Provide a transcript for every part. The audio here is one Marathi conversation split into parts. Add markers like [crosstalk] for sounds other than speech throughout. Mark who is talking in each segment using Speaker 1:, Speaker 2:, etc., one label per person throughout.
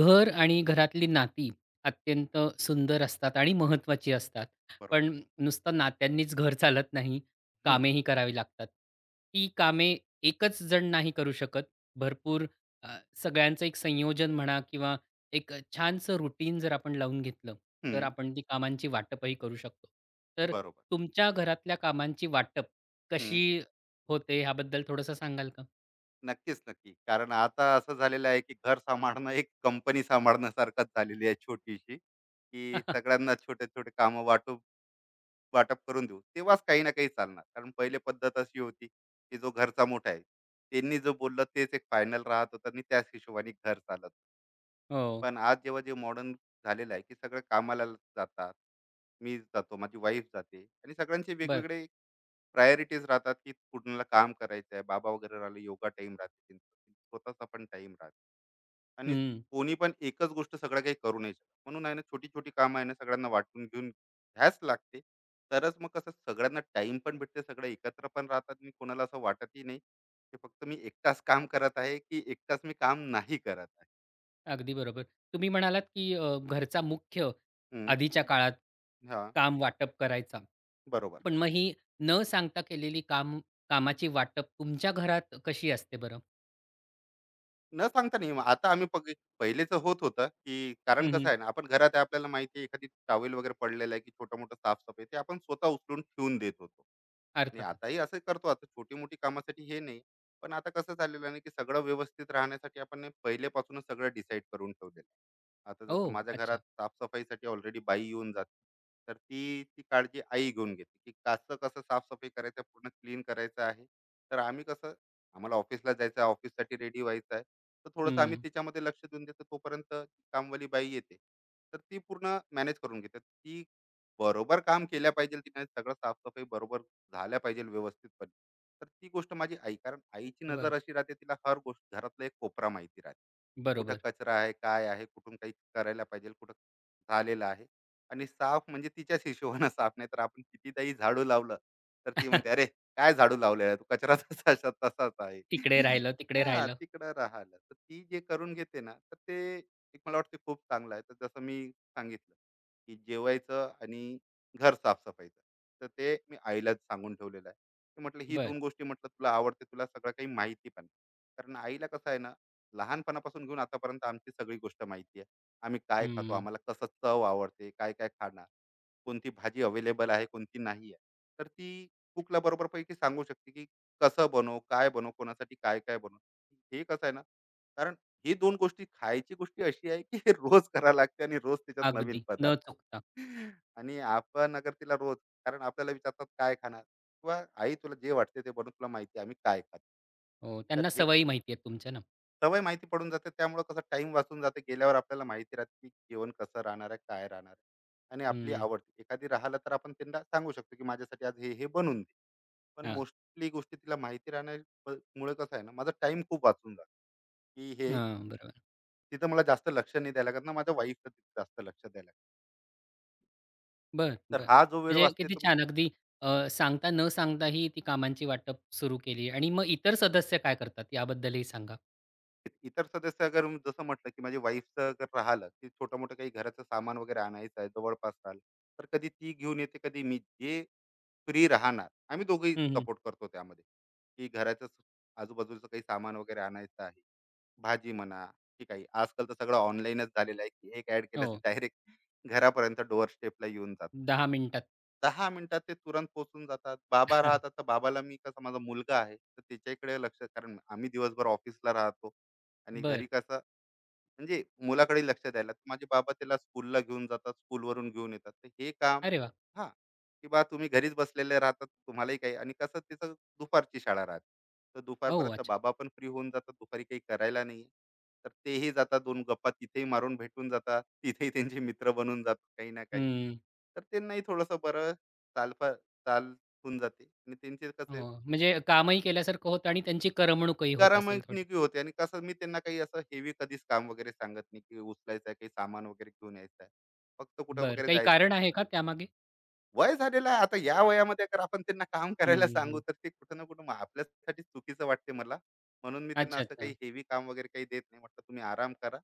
Speaker 1: घर आणि घरातली नाती अत्यंत सुंदर असतात आणि महत्त्वाची असतात.
Speaker 2: बरोबर.
Speaker 1: पण नुसतं नात्यांनीच घर चालत नाही.
Speaker 2: हं,
Speaker 1: कामेही करावी लागतात. ती कामे एकच जण नाही करू शकत. भरपूर अ, सगळ्यांचं एक संयोजन म्हणा किंवा एक छानसं रूटीन जर आपण लावून घेतलं, तर
Speaker 2: हं.
Speaker 1: आपण ती कामांची वाटपही करू शकतो. तर
Speaker 2: बरोबर.
Speaker 1: तुमच्या घरातल्या कामांची वाटप
Speaker 2: हं.
Speaker 1: कशी होते ह्याबद्दल थोडंसं सांगाल का?
Speaker 2: नक्कीच, नक्की. कारण आता असं झालेलं आहे, की घर सांभाळणं एक कंपनी सांभाळण्यासारखंच झालेली आहे छोटीशी, की
Speaker 1: [laughs]
Speaker 2: सगळ्यांना छोटे-छोटे कामं वाटून वाटप करून देऊ. तेव्हाच काही ना काही चालणार. कारण पहिले पद्धत अशी होती, की जो घरचा मोठा आहे, त्यांनी जो बोललं तेच एक फायनल राहत होतं आणि त्याच हिशोबाने घर चालत.
Speaker 1: हो,
Speaker 2: पण आज जेव्हा जे मॉडर्न झालेलं आहे, की सगळं कामाला जातात. मी जातो, माझी वाईफ जाते आणि सगळ्यांचे
Speaker 1: बरं.
Speaker 2: वेगवेगळे प्रायोरिटीज राहतात की कुणाला काम करायचं आहे, बाबा वगैरे राहिले, योगा टाइम राहते, त्यांचा स्वतःचा पण टाइम राहते आणि कोणी पण एकच गोष्ट सगळं काही करू नाही शकत म्हणून आहे ना, छोटी छोटी कामं आहे ना, सगळ्यांना वाटून घेऊन घ्यायच लागते. तरच मग कसं सगळ्यांना टाइम पण भेटते, सगळे एकत्र पण राहतात आणि कोणाला असं वाटतही नाही की फक्त मी एकटाच काम करत आहे की एकटाच मी काम नाही करत आहे.
Speaker 1: अगदी बरोबर. तुम्ही म्हणालात, की घरचा मुख्य
Speaker 2: हम्म,
Speaker 1: आधीच्या काळात
Speaker 2: हा.
Speaker 1: काम वाटप करायचा.
Speaker 2: बरोबर.
Speaker 1: पण मग ही न सांगता केलेली कामाची वाटप तुमच्या घरात कशी असते बरं?
Speaker 2: न सांगता नाही, मग आता आम्ही पहिलेच होत होतं की, कारण
Speaker 1: हं,
Speaker 2: कसं
Speaker 1: हं.
Speaker 2: आहे ना, आपण घरात आहे, आपल्याला माहिती आहे एखादी टॉवेल वगैरे पडलेला आहे की छोटा मोठा साफसफाई, ते आपण स्वतः उचलून ठेवून देत होतो. नाही,
Speaker 1: अर्थातच.
Speaker 2: आताही असं करतो, आता छोटी मोठी कामासाठी हे नाही. पण आता कसं झालेलं आहे ना, की सगळं व्यवस्थित राहण्यासाठी आपण नाही पहिलेपासूनच सगळं डिसाईड करून ठेवलेलं आहे. आता जसं
Speaker 1: ओह!
Speaker 2: माझ्या घरात
Speaker 1: अच्छा.
Speaker 2: साफसफाईसाठी ऑलरेडी बाई येऊन जाते, तर ती ती काळजी आई घेऊन घेते की कसं कसं साफसफाई करायचं, पूर्ण क्लीन करायचं आहे. तर आम्ही कसं आम्हाला ऑफिसला जायचं आहे, ऑफिससाठी रेडी व्हायचं आहे, तर थोडंसं आम्ही
Speaker 1: हं.
Speaker 2: तिच्यामध्ये लक्ष देऊन देतो. तोपर्यंत कामवाली बाई येते, तर ती पूर्ण मॅनेज करून घेते. ती बरोबर काम केल्या पाहिजे, तिने सगळं साफसफाई बरोबर झाल्या पाहिजे व्यवस्थितपणे. तर ती गोष्ट माझी आई, कारण आईची नजर
Speaker 1: बरं.
Speaker 2: अशी राहते, तिला हर गोष्ट घरातला एक कोपरा माहिती राहते. कुठं
Speaker 1: बरोबर.
Speaker 2: कचरा आहे, काय आहे, कुठून काही करायला पाहिजे, कुठं झालेलं आहे. आणि साफ म्हणजे तिच्याच हिशोबानं साफ, नाही तर आपण कितीदाही झाडू लावलं, तर ती म्हणते,
Speaker 1: [laughs]
Speaker 2: "अरे, काय झाडू लावलंय तू, कचरा तसाच्या तसाच तसाच आहे."
Speaker 1: इकडे राहिलं, तिकडे
Speaker 2: हां,
Speaker 1: राहिलं.
Speaker 2: तिकडं राहिलं. तर ती जे करून घेते ना, तर ते एक मला वाटतं खूप चांगलं आहे. तर जसं मी सांगितलं, की जेवायचं आणि घर साफसफाईचं. तर ते मी आईला सांगून ठेवलेलं आहे. मी म्हटलं ही
Speaker 1: बरं.
Speaker 2: 2 गोष्टी म्हटलं तुला आवडते, तुला सगळं काही माहिती पण आहे. कारण आईला कसं आहे ना, लहानपणापासून घेऊन आतापर्यंत आमची सगळी गोष्ट माहिती आहे. आम्ही काय खातो,
Speaker 1: हं.
Speaker 2: आम्हाला कसं चव आवडते, काय-काय खाणार, कोणती भाजी अवेलेबल आहे, कोणती नाही आहे. तर ती कुकला बरोबरपैकी सांगू शकते, की कसं बनवू, काय बनवू, कोणासाठी काय-काय बनवू. हे कसं आहे ना, कारण ही 2 गोष्टी खायची गोष्टी अशी आहे, की [laughs] रोज करावी लागते आणि रोज त्याच्यात नवीन
Speaker 1: अगदी. न
Speaker 2: पदार्थ.
Speaker 1: चुकता.
Speaker 2: आणि आपण अगर तिला रोज, कारण आपल्याला विचारतात काय खाणार, किंवा आई तुला जे वाटते ते बनवून, तुला माहिती आहे आम्ही काय खातो.
Speaker 1: हो.
Speaker 2: तर
Speaker 1: त्यांना
Speaker 2: हे
Speaker 1: सवयी माहिती आहेत तुमच्या ना.
Speaker 2: सवय माहिती पडून जाते, त्यामुळे कसं टाइम वाचून जाते. गेल्यावर आपल्याला माहिती राहते की जेवण कसं राहणार आहे, काय राहणार आहे. आणि आपली
Speaker 1: हं.
Speaker 2: आवड एखादी राहिलं तर आपण त्यांना सांगू शकतो की माझ्यासाठी आज हे हे बनवून दे. पण
Speaker 1: हां.
Speaker 2: मोस्टली गोष्टी तिला माहिती राहण्यामुळे कसं आहे ना, माझा टाइम खूप वाचून जातो, की हे
Speaker 1: हां. बरोबर.
Speaker 2: तिथं मला जास्त लक्ष नाही द्यायला लागत ना, माझ्या वाईफला तिथे जास्त लक्ष द्यायला लागतं.
Speaker 1: बरं,
Speaker 2: तर
Speaker 1: बरं.
Speaker 2: हा जो वेळ
Speaker 1: म्हणजे
Speaker 2: वाचते
Speaker 1: किती
Speaker 2: तो
Speaker 1: छान अगदी सांगता न सांगताही ती कामांची वाटप सुरू केली आणि मग इतर सदस्य काय करतात याबद्दलही सांगा?
Speaker 2: इतर सदस्य. अगर जसं म्हटलं, की माझ्या वाईफचं अगर राहिलं, की छोटं-मोठं काही घराचं सामान वगैरे आणायचं आहे, जवळपास राहिलं, तर कधी ती घेऊन येते, कधी मी. जे फ्री राहणार, आम्ही दोघंही
Speaker 1: हं, हं.
Speaker 2: सपोर्ट करतो त्यामध्ये, की घराचं आजूबाजूचं काही सामान वगैरे आणायचं आहे. भाजी म्हणा, की काही आजकाल तर सगळं ऑनलाईनच झालेलं आहे, की एक ॲड केलं
Speaker 1: हो.
Speaker 2: डायरेक्ट घरापर्यंत डोअर स्टेपला येऊन जातं.
Speaker 1: 10 मिनिटात.
Speaker 2: 10 मिनिटात ते तुरंत पोहोचून जातात. बाबा राहतात,
Speaker 1: [laughs]
Speaker 2: तर बाबाला मी कसं, माझा मुलगा आहे, तर त्याच्याकडे लक्ष, कारण आम्ही दिवसभर ऑफिसला राहतो आणि
Speaker 1: बरं.
Speaker 2: घरी कसं म्हणजे मुलाकडे लक्ष द्यायला. तर माझे बाबा त्याला स्कूलला घेऊन जातात, स्कूलवरून घेऊन येतात. तर हे काम,
Speaker 1: अरे वाह!
Speaker 2: हां, की बा तुम्ही घरीच बसलेले राहतात, तुम्हालाही काही. आणि कसं तिचं दुपारची शाळा राहते. तर
Speaker 1: ओह!
Speaker 2: दुपारपर्यंत
Speaker 1: अच्छा.
Speaker 2: बाबा पण फ्री होऊन जातात, दुपारी काही करायला नाही. तर तेही जातात, 2 गप्पा तिथेही मारून भेटून जातात. तिथेही त्यांचे मित्र बनून जातात काही ना काही.
Speaker 1: हं.
Speaker 2: तर त्यांनाही थोडंसं बरं चालपा चाल होऊन जाते. आणि त्यांचे
Speaker 1: हो.
Speaker 2: कसं
Speaker 1: म्हणजे कामही केल्यासारखं होतं आणि त्यांची करमणूकही होत असेल थोडी.
Speaker 2: करामणिकी होते. आणि कसं मी त्यांना काही असं हेवी कधीच काम वगैरे सांगत नाही की उचलायचं आहे, काही सामान वगैरे घेऊन यायचं आहे. फक्त कुठं
Speaker 1: बरं.
Speaker 2: वगैरे
Speaker 1: काही
Speaker 2: जायचं,
Speaker 1: कारण आहे का त्यामागे?
Speaker 2: वय झालेलं आहे आता, या वयामध्ये अगर आपण त्यांना काम करायला
Speaker 1: हं,
Speaker 2: सांगू
Speaker 1: हं.
Speaker 2: तर ते कुठं ना कुठं मग आपल्यासाठी चुकीचं वाटते मला. म्हणून मी त्यांना
Speaker 1: अच्छा,
Speaker 2: असं काही
Speaker 1: अच्छा.
Speaker 2: हेवी काम वगैरे काही देत नाही. म्हटलं तुम्ही आराम करा.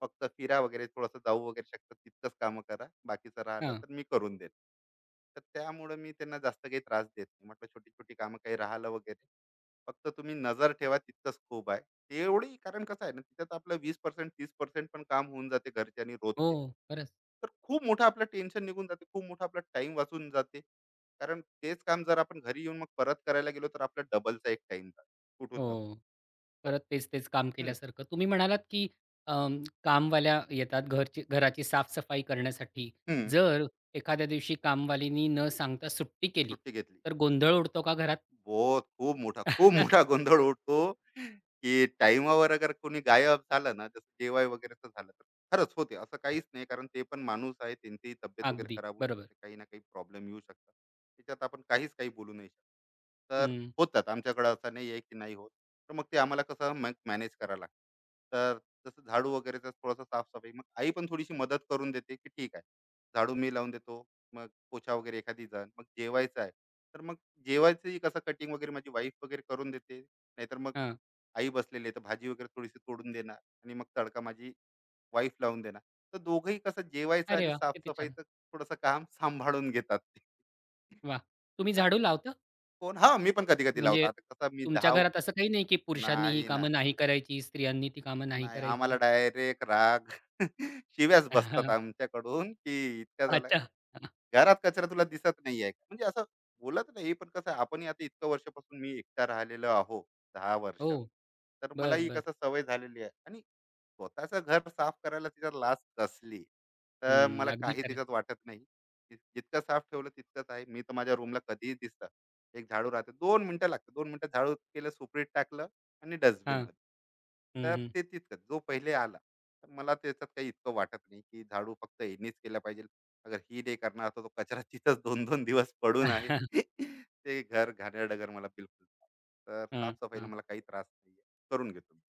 Speaker 2: फक्त फिरा वगैरे, थोडंसं जाऊ वगैरे शकता तितकंच कामं करा. बाकीचं राहिलं
Speaker 1: हां.
Speaker 2: तर मी करून देईन. तर त्यामुळं मी त्यांना जास्त काही त्रास देत नाही. म्हटलं छोटी-छोटी कामं काही राहिलं वगैरे, फक्त तुम्ही नजर ठेवा तितकंच खूप आहे. एवढी कारण कसं आहे ना, तिच्यात आपलं 20% 30% पण काम होऊन जाते घरचे आणि
Speaker 1: हो,
Speaker 2: रोजचे.
Speaker 1: खरंच.
Speaker 2: तर खूप मोठं आपलं टेन्शन निघून जाते. खूप मोठा आपला टाइम वाचून जाते. कारण तेच काम जर आपण घरी येऊन मग परत करायला गेलो, तर आपला डबलचा एक टाइम जातो कुठून
Speaker 1: हो.
Speaker 2: ना कुठून. तर
Speaker 1: परत तेच-तेच काम
Speaker 2: हं,
Speaker 1: केल्यासारखं. तुम्ही म्हणालात, की अं, कामवाल्या येतात घराची साफ-सफाई करण्यासाठी.
Speaker 2: हं.
Speaker 1: जर एखाद्या दिवशी कामवालीनी न सांगता सुट्टी केली,
Speaker 2: सुट्टी घेतली.
Speaker 1: तर गोंधळ उडतो का घरात?
Speaker 2: बहुत खूप मोठा, खूप मोठा
Speaker 1: [laughs]
Speaker 2: गोंधळ उडतो, की टाईमावर अगर कोणी गायब झालं ना, जसं जेवाय वगैरेचं झालं, तर खरंच होते. असं काहीच नाही, कारण ते पण माणूस आहे. त्यांचीही तब्येत वगैरे
Speaker 1: अगदी.
Speaker 2: खराब होऊ
Speaker 1: बरोबर.
Speaker 2: शकते. काही ना काही प्रॉब्लेम येऊ शकतात. त्याच्यात आपण काहीच काही बोलू नाही शकत. तर
Speaker 1: हं.
Speaker 2: होतात. आमच्याकडे असं नाही आहे, की नाही होत. तर मग ते आम्हाला कसं मॅनेज करावं लागतं. तर जसं झाडू वगैरेचं थोडंसं साफ, मग आई पण थोडीशी मदत करून देते, की ठीक आहे. झाडू मी लावून देतो. मग पोछा वगैरे एखादी जण. मग जेवायचं आहे, तर मग जेवायचंही कसं कटिंग वगैरे माझी वाईफ वगैरे करून देते, नाहीतर मग
Speaker 1: हां.
Speaker 2: आई बसलेली आहे तर भाजी वगैरे थोडीशी तोडून देणार आणि मग तडका माझी वाईफ लावून देणार. तर दोघंही कसं जेवायचं
Speaker 1: अरे
Speaker 2: आणि
Speaker 1: वाह! किती छान.
Speaker 2: साफसफाईचं थोडंसं काम [laughs] सांभाळून घेतात ते.
Speaker 1: वाह! तुम्ही
Speaker 2: हा,
Speaker 1: झाडू लावता?
Speaker 2: कोण हा, मी पण कधी कधी
Speaker 1: म्हणजे
Speaker 2: लावतो. आता कसं मी
Speaker 1: तुमच्या घरात असं काही नाही, की पुरुषांनी ही
Speaker 2: नाही,
Speaker 1: कामं
Speaker 2: नाही,
Speaker 1: नाही करायची, स्त्रियांनी ती कामं नाही
Speaker 2: नाही. आम्हाला
Speaker 1: करायची?
Speaker 2: डायरेक्ट राग, [laughs] शिव्याच बसतात
Speaker 1: [laughs]
Speaker 2: आमच्याकडून की इतका झाला
Speaker 1: अच्छा.
Speaker 2: घरात कचरा तुला दिसत नाहीये का? म्हणजे असं बोलत नाही, पण कसं आहे, आपणही आता इतक्या वर्षापासून मी एकटा राहिलेलो आहो, 10 वर्ष.
Speaker 1: हो.
Speaker 2: तर
Speaker 1: बरं,
Speaker 2: मलाही
Speaker 1: बरं.
Speaker 2: कसं सवय झालेली आहे. आणि स्वतःचं घर साफ करायला तिच्यात लाज कसली? तर
Speaker 1: हं.
Speaker 2: मला
Speaker 1: अगदी
Speaker 2: काही
Speaker 1: खरं आहे.
Speaker 2: त्याच्यात वाटत नाही. जितकं साफ ठेवलं तितकंच आहे. मी तर माझ्या रूमला कधीही दिसतं, एक झाडू राहते, 2 मिनिटं लागतात, 2 मिनिटं झाडू केलं, सुपरीत टाकलं आणि
Speaker 1: हां.
Speaker 2: डस्टबिनमध्ये. तर ते तितकंच, जो पहिले आला. तर मला त्याच्यात काही इतकं वाटत नाही की झाडू फक्त यांनीच केला पाहिजे. अगर ही डे करणार तर तो कचरा तिथंच दोन दोन दिवस पडून आहे.
Speaker 1: [laughs]
Speaker 2: [laughs] ते घर घाणेरडं डगर मला बिलकुल नाही. तर
Speaker 1: हं,
Speaker 2: साफसफाईला
Speaker 1: हं.
Speaker 2: मला काही त्रास नाही, करून घेतो मी.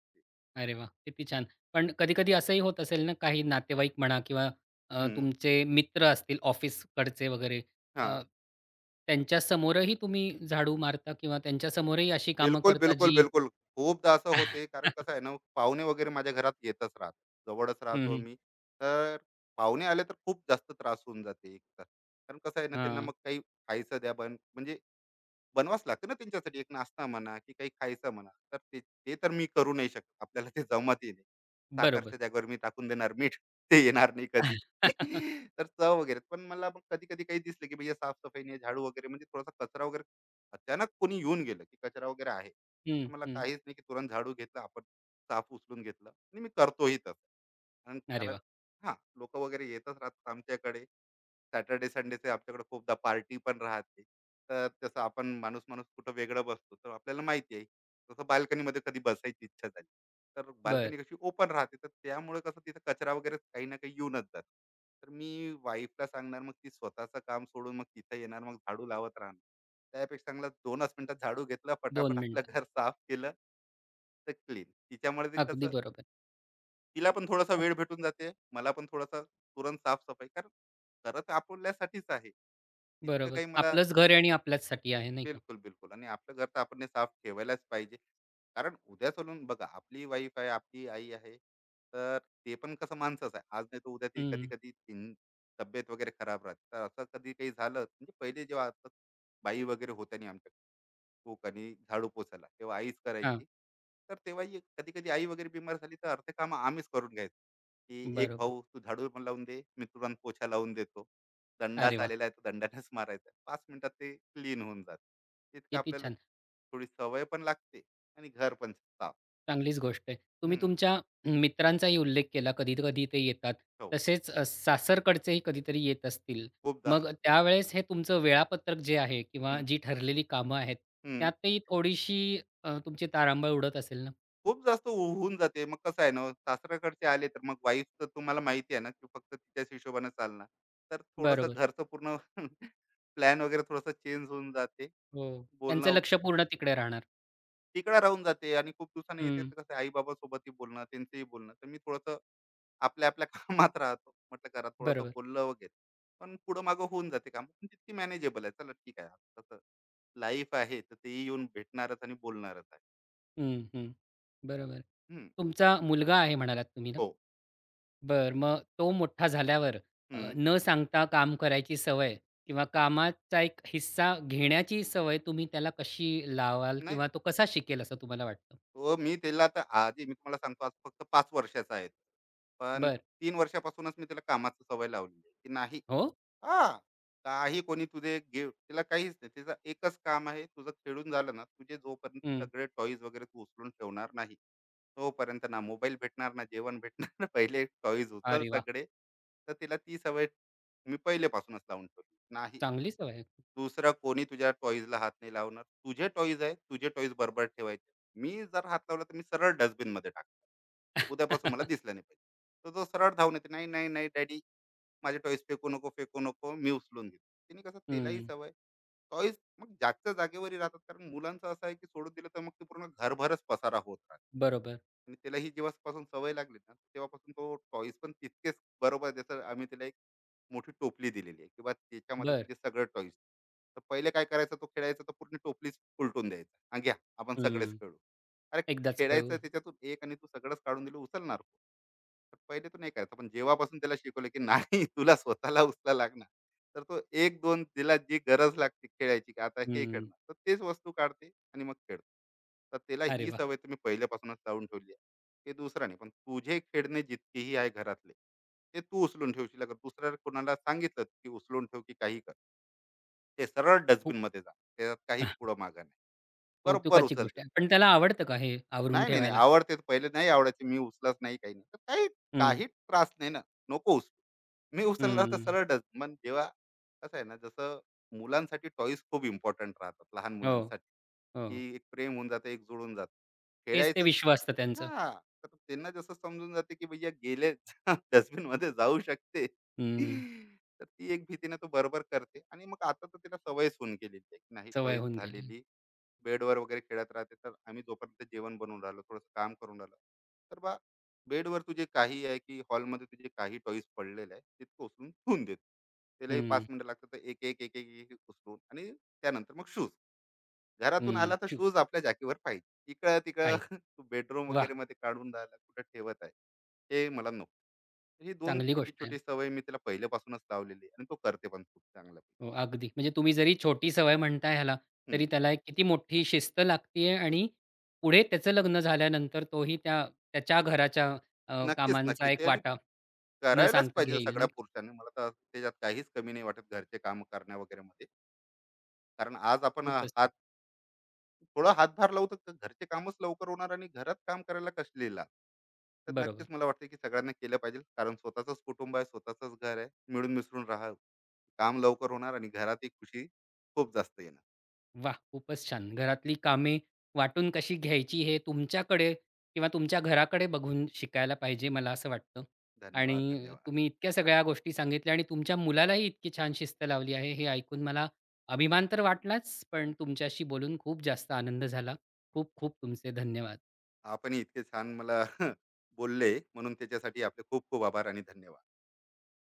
Speaker 1: अरे वाह! किती छान. पण कधी-कधी असंही होत असेल ना, काही नातेवाईक म्हणा किंवा
Speaker 2: हम्म,
Speaker 1: तुमचे मित्र असतील ऑफिसकडचे वगैरे
Speaker 2: हा.
Speaker 1: अ, त्यांच्यासमोरही तुम्ही झाडू मारता किंवा त्यांच्यासमोरही अशी कामं
Speaker 2: बिलकुल,
Speaker 1: करता
Speaker 2: बिलकुल,
Speaker 1: जी
Speaker 2: बिलकुल. खूपदा असं होते. कारण कसं आहे
Speaker 1: [laughs]
Speaker 2: ना, पाहुणे वगैरे माझ्या घरात येतच राहतात. जवळच
Speaker 1: हं,
Speaker 2: राहतो
Speaker 1: हं.
Speaker 2: मी. तर पाहुणे आले तर खूप जास्त त्रास होऊन जाते एकतर. कारण कसं आहे ना, त्यांना
Speaker 1: हां,
Speaker 2: मग काही खायचं द्या, पण म्हणजे बनवावंच लागतं ना त्यांच्यासाठी. एक नाश्ता म्हणा की काही खायचं म्हणा. तर ते ते तर मी करू नाही शकत. आपल्याला ते जमतही नाही.
Speaker 1: बरोबर.
Speaker 2: साखरच्या जागेवर मी टाकून देणार मीठ. ते येणार नाही कधी.
Speaker 1: [laughs]
Speaker 2: [laughs] तर चव वगैरे. पण मला मग कधी-कधी काही दिसलं की भैय्या साफ-सफाई नाही, झाडू वगैरे म्हणजे थोडासा कचरा वगैरे, अचानक कोणी येऊन गेलं की कचरा वगैरे आहे,
Speaker 1: हं,
Speaker 2: तर मला
Speaker 1: हं.
Speaker 2: काहीच नाही की तुरंत झाडू घेतला आपण, साफ उचलून घेतलं आणि मी करतोही तसं. कारण
Speaker 1: अरे
Speaker 2: कारण
Speaker 1: वाह!
Speaker 2: हां, लोकं वगैरे येतच राहतात आमच्याकडे. सॅटर्डे, संडेचे आमच्याकडे खूपदा पार्टी पण राहते. तर तसं आपण माणूस-माणूस कुठं वेगळं बसतो, तर आपल्याला माहिती आहे. जसं बाल्कनीमध्ये कधी बसायची इच्छा झाली, तर
Speaker 1: बरं.
Speaker 2: बाल्कनी कशी ओपन राहते, तर त्यामुळे कसं तिथं कचरा वगैरे काही ना काही येऊनच जातो. तर मी वाईफला सांगणार, मग ती स्वतःचं काम सोडून मग तिथं येणार, मग झाडू लावत राहणार. त्यापेक्षा चांगलं 2च मिनिटात झाडू घेतलं, फटाफट
Speaker 1: 2
Speaker 2: आपलं
Speaker 1: मिनिटात.
Speaker 2: घर साफ केलं, तर क्लीन. तिच्यामुळे ते
Speaker 1: अगदी
Speaker 2: कसं
Speaker 1: बरोबर.
Speaker 2: तिला पण थोडासा
Speaker 1: खूप
Speaker 2: वेळ भेटून जाते. मला पण थोडासा तुरंत साफ-सफाई, कारण करत आपल्यासाठीच आहे. इतकं
Speaker 1: बरोबर.
Speaker 2: काही मला. हो.
Speaker 1: आपलंच घर आहे आणि आपल्याचसाठी आहे, नाही का?
Speaker 2: बिलकुल, बिलकुल. आणि आपलं घर तर आपण हे साफ ठेवायलाच पाहिजे. कारण उद्या चालून बघा, आपली वाईफ आहे, आपली आई आहे, तर ते पण कसं माणसंच आहे. आज नाही तर उद्या, ती
Speaker 1: हं.
Speaker 2: कधी-कधी तीन तब्येत वगैरे खराब राहते. तर असं कधी काही झालं, म्हणजे पहिले जेव्हा आता बाई वगैरे होत्या नाही आमच्या, कूक आणि झाडू पोछायला, तेव्हा आईच
Speaker 1: हां,
Speaker 2: करायची. तर तेव्हाही कधी-कधी आई वगैरे बिमार झाली तर अर्धे कामं आम्हीच करून घ्यायचो, की एक
Speaker 1: बरोबर.
Speaker 2: भाऊ तू झाडू पण लावून दे, मी तुला पोछा लावून देतो.
Speaker 1: अरे
Speaker 2: दंडाच
Speaker 1: वा
Speaker 2: आलेला आहे, तर दंडानेच मारायचा आहे. 5 मिनिटात ते क्लीन होऊन जातं. इतकं
Speaker 1: किती
Speaker 2: आपल्याला
Speaker 1: छान.
Speaker 2: थोडी सवय पण लागते आणि घर पण साफ.
Speaker 1: चांगलीच गोष्ट आहे. तुम्ही
Speaker 2: हं,
Speaker 1: तुमच्या मित्रांचाही उल्लेख केला, कधी-कधी ते येतात.
Speaker 2: हो.
Speaker 1: तसेच सासरकडचेही कधीतरी येत असतील.
Speaker 2: खूपदा.
Speaker 1: मग त्यावेळेस हे तुमचं वेळापत्रक जे आहे किंवा
Speaker 2: हं,
Speaker 1: जी ठरलेली कामं आहेत,
Speaker 2: हं.
Speaker 1: त्यातही थोडीशी तुमची तारांबळ उडत असेल ना?
Speaker 2: खूप जास्त हो होऊन जाते. मग कसं आहे ना, सासऱ्याकडचे आले, तर मग वाईफ तर तुम्हाला माहिती आहे ना, की फक्त तिच्याच हिशोबाने चालणार. तर थोडंसं
Speaker 1: बरोबर.
Speaker 2: घरचं पूर्ण [laughs] प्लॅन वगैरे थोडंसं चेंज होऊन जाते.
Speaker 1: हो. त्यांचं
Speaker 2: बोलणं
Speaker 1: लक्ष पूर्ण तिकडे राहणार.
Speaker 2: तिकडे राहून जाते आणि खूप दिवसांनी येते
Speaker 1: हं.
Speaker 2: तर कसं आई-बाबासोबतही बोलणं, त्यांचंही बोलणं. तर मी थोडंसं आपल्या-आपल्या कामात राहतो. म्हटलं घरात थोडंसं
Speaker 1: बरोबर.
Speaker 2: बोललं वगैरे. पण पुढं-मागं होऊन जाते कामं. पण तितकी मॅनेजेबल आहे. चला, ठीक आहे. आता कसं लाईफ आहे, तर तेही येऊन भेटणारच आणि बोलणारच आहे.
Speaker 1: हं, हं. बरोबर.
Speaker 2: हं,
Speaker 1: तुमचा मुलगा आहे म्हणालात तुम्ही ना?
Speaker 2: हो.
Speaker 1: बरं. मग तो मोठा झाल्यावर
Speaker 2: हं.
Speaker 1: न सांगता काम करायची सवय किंवा कामाचा एक हिस्सा घेण्याची सवय तुम्ही त्याला कशी लावाल
Speaker 2: नाही,
Speaker 1: किंवा तो कसा शिकेल असं तुम्हाला वाटतं?
Speaker 2: हो मी त्याला आता आधी मी तुम्हाला सांगतो, आज फक्त 5 वर्षाचा आहे तो. पण
Speaker 1: बरं.
Speaker 2: 3 वर्षापासूनच मी त्याला कामाची सवय लावली, की नाही.
Speaker 1: हो?
Speaker 2: हा, काही कोणी तुझे गे तिला काहीच नाही. तिचं एकच काम आहे, तुझं खेळून झालं ना, तुझे जोपर्यंत
Speaker 1: हं.
Speaker 2: सगळे टॉईज वगैरे तू उचलून ठेवणार नाही तोपर्यंत ना मोबाईल भेटणार ना जेवण भेटणार [laughs] ना, पहिले टॉईज उचल
Speaker 1: अरे वाह!
Speaker 2: सगळे. तर तिला ती सवय मी पहिलेपासूनच लावून ठेवली. नाही,
Speaker 1: चांगली सवय आहे.
Speaker 2: दुसरा कोणी तुझ्या टॉईजला हात नाही लावणार. तुझे टॉईज आहे, तुझे टॉईज बरोबर ठेवायचे. मी जर हात लावला तर मी सरळ डस्टबिन मध्ये टाकतो. उद्यापासून मला
Speaker 1: [laughs]
Speaker 2: दिसलं नाही पाहिजे. तो जो सरळ धावून येते, नाही नाही नाही डॅडी, माझे टॉईस फेकू नको, फेकू नको, मी उचलून घेतो. तिने कसं त्यालाही
Speaker 1: हं.
Speaker 2: सवय. टॉईस मग जागच्या जागेवरही राहतात. कारण मुलांचं असं आहे, की सोडून दिलं तर मग ते पूर्ण घरभरच पसारा होत राहते.
Speaker 1: बरोबर.
Speaker 2: आणि त्याला ही जेव्हापासून सवय लागली ना तेव्हापासून तो टॉईस पण तितकेच बरोबर. जसं आम्ही त्याला एक मोठी टोपली दिलेली आहे, किंवा त्याच्यामध्ये
Speaker 1: बरं.
Speaker 2: तुझे सगळे टॉईस. तर पहिले काय करायचं, तो खेळायचा तर पूर्ण टोपलीच उलटून द्यायचा. हा घ्या, आपण सगळेच
Speaker 1: हं.
Speaker 2: खेळू. अरे,
Speaker 1: एकदाच कळू.
Speaker 2: खेळायचं त्याच्यातून एक, आणि तू सगळंच काढून दिलं, उचलणार कोण? तर पहिले तो नाही करायचा. पण जेव्हापासून त्याला शिकवलं, की नाही, [laughs] तुला स्वतःला उचला लागणार. तर तो 1-2 तिला जी गरज लागते खेळायची, की आता हे
Speaker 1: हं.
Speaker 2: खेळणार. तर तेच वस्तू काढते आणि मग खेळते. तर त्याला
Speaker 1: अरे
Speaker 2: ही
Speaker 1: वाह!
Speaker 2: सवय तुम्ही पहिल्यापासूनच लावून ठेवली आहे. ते दुसरं नाही. पण तुझे खेळणे जितकेही आहे घरातले, ते तू उचलून ठेवशील. अगर दुसऱ्या कोणाला सांगितलं, की उचलून ठेव, की काही कर. ते सरळ
Speaker 1: खूप
Speaker 2: डस्टबिनमध्ये जाणार. त्याच्यात काही
Speaker 1: [laughs]
Speaker 2: पुढं मागं नाही. बरोबर
Speaker 1: कौतुकाची गोष्ट
Speaker 2: उचलते.
Speaker 1: आहे. पण त्याला आवडतं का हे आवरून
Speaker 2: नाही, नाही, नाही.
Speaker 1: ठेवायला?
Speaker 2: आवडते तर पहिले नाही आवडायची. मी उचलत नाही, काही नाही. तर काही
Speaker 1: हं.
Speaker 2: काही त्रास नाही ना, नको उचलू. मी उचलला तर
Speaker 1: हं.
Speaker 2: सरळ डस. पण जेव्हा कसं आहे ना, जसं मुलांसाठी टॉयज खूप इम्पोर्टंट राहतात लहान
Speaker 1: हो,
Speaker 2: मुलांसाठी,
Speaker 1: हो.
Speaker 2: की एक प्रेम होऊन जातं, एक जुळून जातं.
Speaker 1: तेच ते
Speaker 2: खेळायचं.
Speaker 1: विश्व असतं त्यांचं.
Speaker 2: हां, तर त्यांना जसं समजून जाते, की भैया गेले डस्टबिनमध्ये [laughs] जाऊ शकते.
Speaker 1: हं.
Speaker 2: तर ती एक भीतीने तो बरोबर करते आणि मग आता तर तिला सवयच होऊन गेलेली आहे, की नाही.
Speaker 1: सवय
Speaker 2: टॉयज
Speaker 1: होऊन गेली.
Speaker 2: झालेली बेडवर वगैरे खेळत राहते, तर आम्ही जोपर्यंत जेवण बनवून राहिलो, थोडंसं काम करून राहिलो, तर बेडवर तुझे काही आहे की हॉलमध्ये तुझे काही टॉईस पडलेले आहे तितकं उचलून ठेवून देत. त्यालाही पाच
Speaker 1: हं.
Speaker 2: मिनिटं लागतात. तर एक एक एक एक एक उचलून, आणि त्यानंतर मग शूज घरातून
Speaker 1: हं,
Speaker 2: आला तर
Speaker 1: शू
Speaker 2: शूज आपल्या जाकीवर पाहिजे, इकडं तिकडं
Speaker 1: पाहिजे.
Speaker 2: [laughs] तू बेडरूम
Speaker 1: वाह!
Speaker 2: वगैरे मध्ये काढून राहिला, कुठं ठेवत आहे, हे मला नको. ही दोन
Speaker 1: चांगली
Speaker 2: छोटी
Speaker 1: गोष्ट आहे.
Speaker 2: छोटी सवय मी त्याला पहिल्यापासूनच लावलेली आहे आणि तो करते पण खूप चांगल्यापैकी.
Speaker 1: हो, अगदी. म्हणजे तुम्ही जरी छोटी सवय म्हणताय ह्याला, तरी
Speaker 2: हम्म.
Speaker 1: त्याला एक किती मोठी शिस्त लागतीये आणि
Speaker 2: तेच-
Speaker 1: पुढे त्याचं लग्न झाल्यानंतर तोही त्या त्याच्या घराच्या
Speaker 2: नक्कीच,
Speaker 1: कामांचा
Speaker 2: नक्की
Speaker 1: एक
Speaker 2: ते
Speaker 1: वाटा न
Speaker 2: करायलाच
Speaker 1: सांगता
Speaker 2: पाहिजे
Speaker 1: घेईल,
Speaker 2: सगळ्या
Speaker 1: नाही का?
Speaker 2: पुरुषांनी. मला तर त्याच्यात काहीच कमी नाही वाटत घरचे काम करण्या वगैरे मध्ये. कारण आज आपण
Speaker 1: खूपच
Speaker 2: हात
Speaker 1: छान.
Speaker 2: थोडं हातभार लावू तर घरचे कामच लवकर होणार आणि घरात काम करायला कसलेला. तर नक्कीच
Speaker 1: बरोबर.
Speaker 2: मला वाटतं, की सगळ्यांना केलं पाहिजे. कारण स्वतःच कुटुंब आहे, स्वतःच घर आहे. मिळून मिसळून राहा, काम लवकर होणार आणि घरातही खुशी खूप जास्त येणार.
Speaker 1: वाह! खूपच छान. घरातली कामे वाटून कशी घ्यायची हे तुमच्याकडे किंवा तुमच्या घराकडे बघून शिकायला पाहिजे मला असं वाटतं.
Speaker 2: धन्यवाद,
Speaker 1: आणि
Speaker 2: धन्यवाद.
Speaker 1: तुम्ही इतक्या सगळ्या गोष्टी सांगितल्या आणि तुमच्या मुलालाही इतकी छान शिस्त लावली आहे हे ऐकून मला अभिमान तर वाटलाच, पण तुमच्याशी बोलून खूप जास्त आनंद झाला. खूप खूप तुमचे धन्यवाद.
Speaker 2: आपण इतके छान मला [laughs] बोलले, म्हणून त्याच्यासाठी आपले खूप खूप आभार आणि धन्यवाद.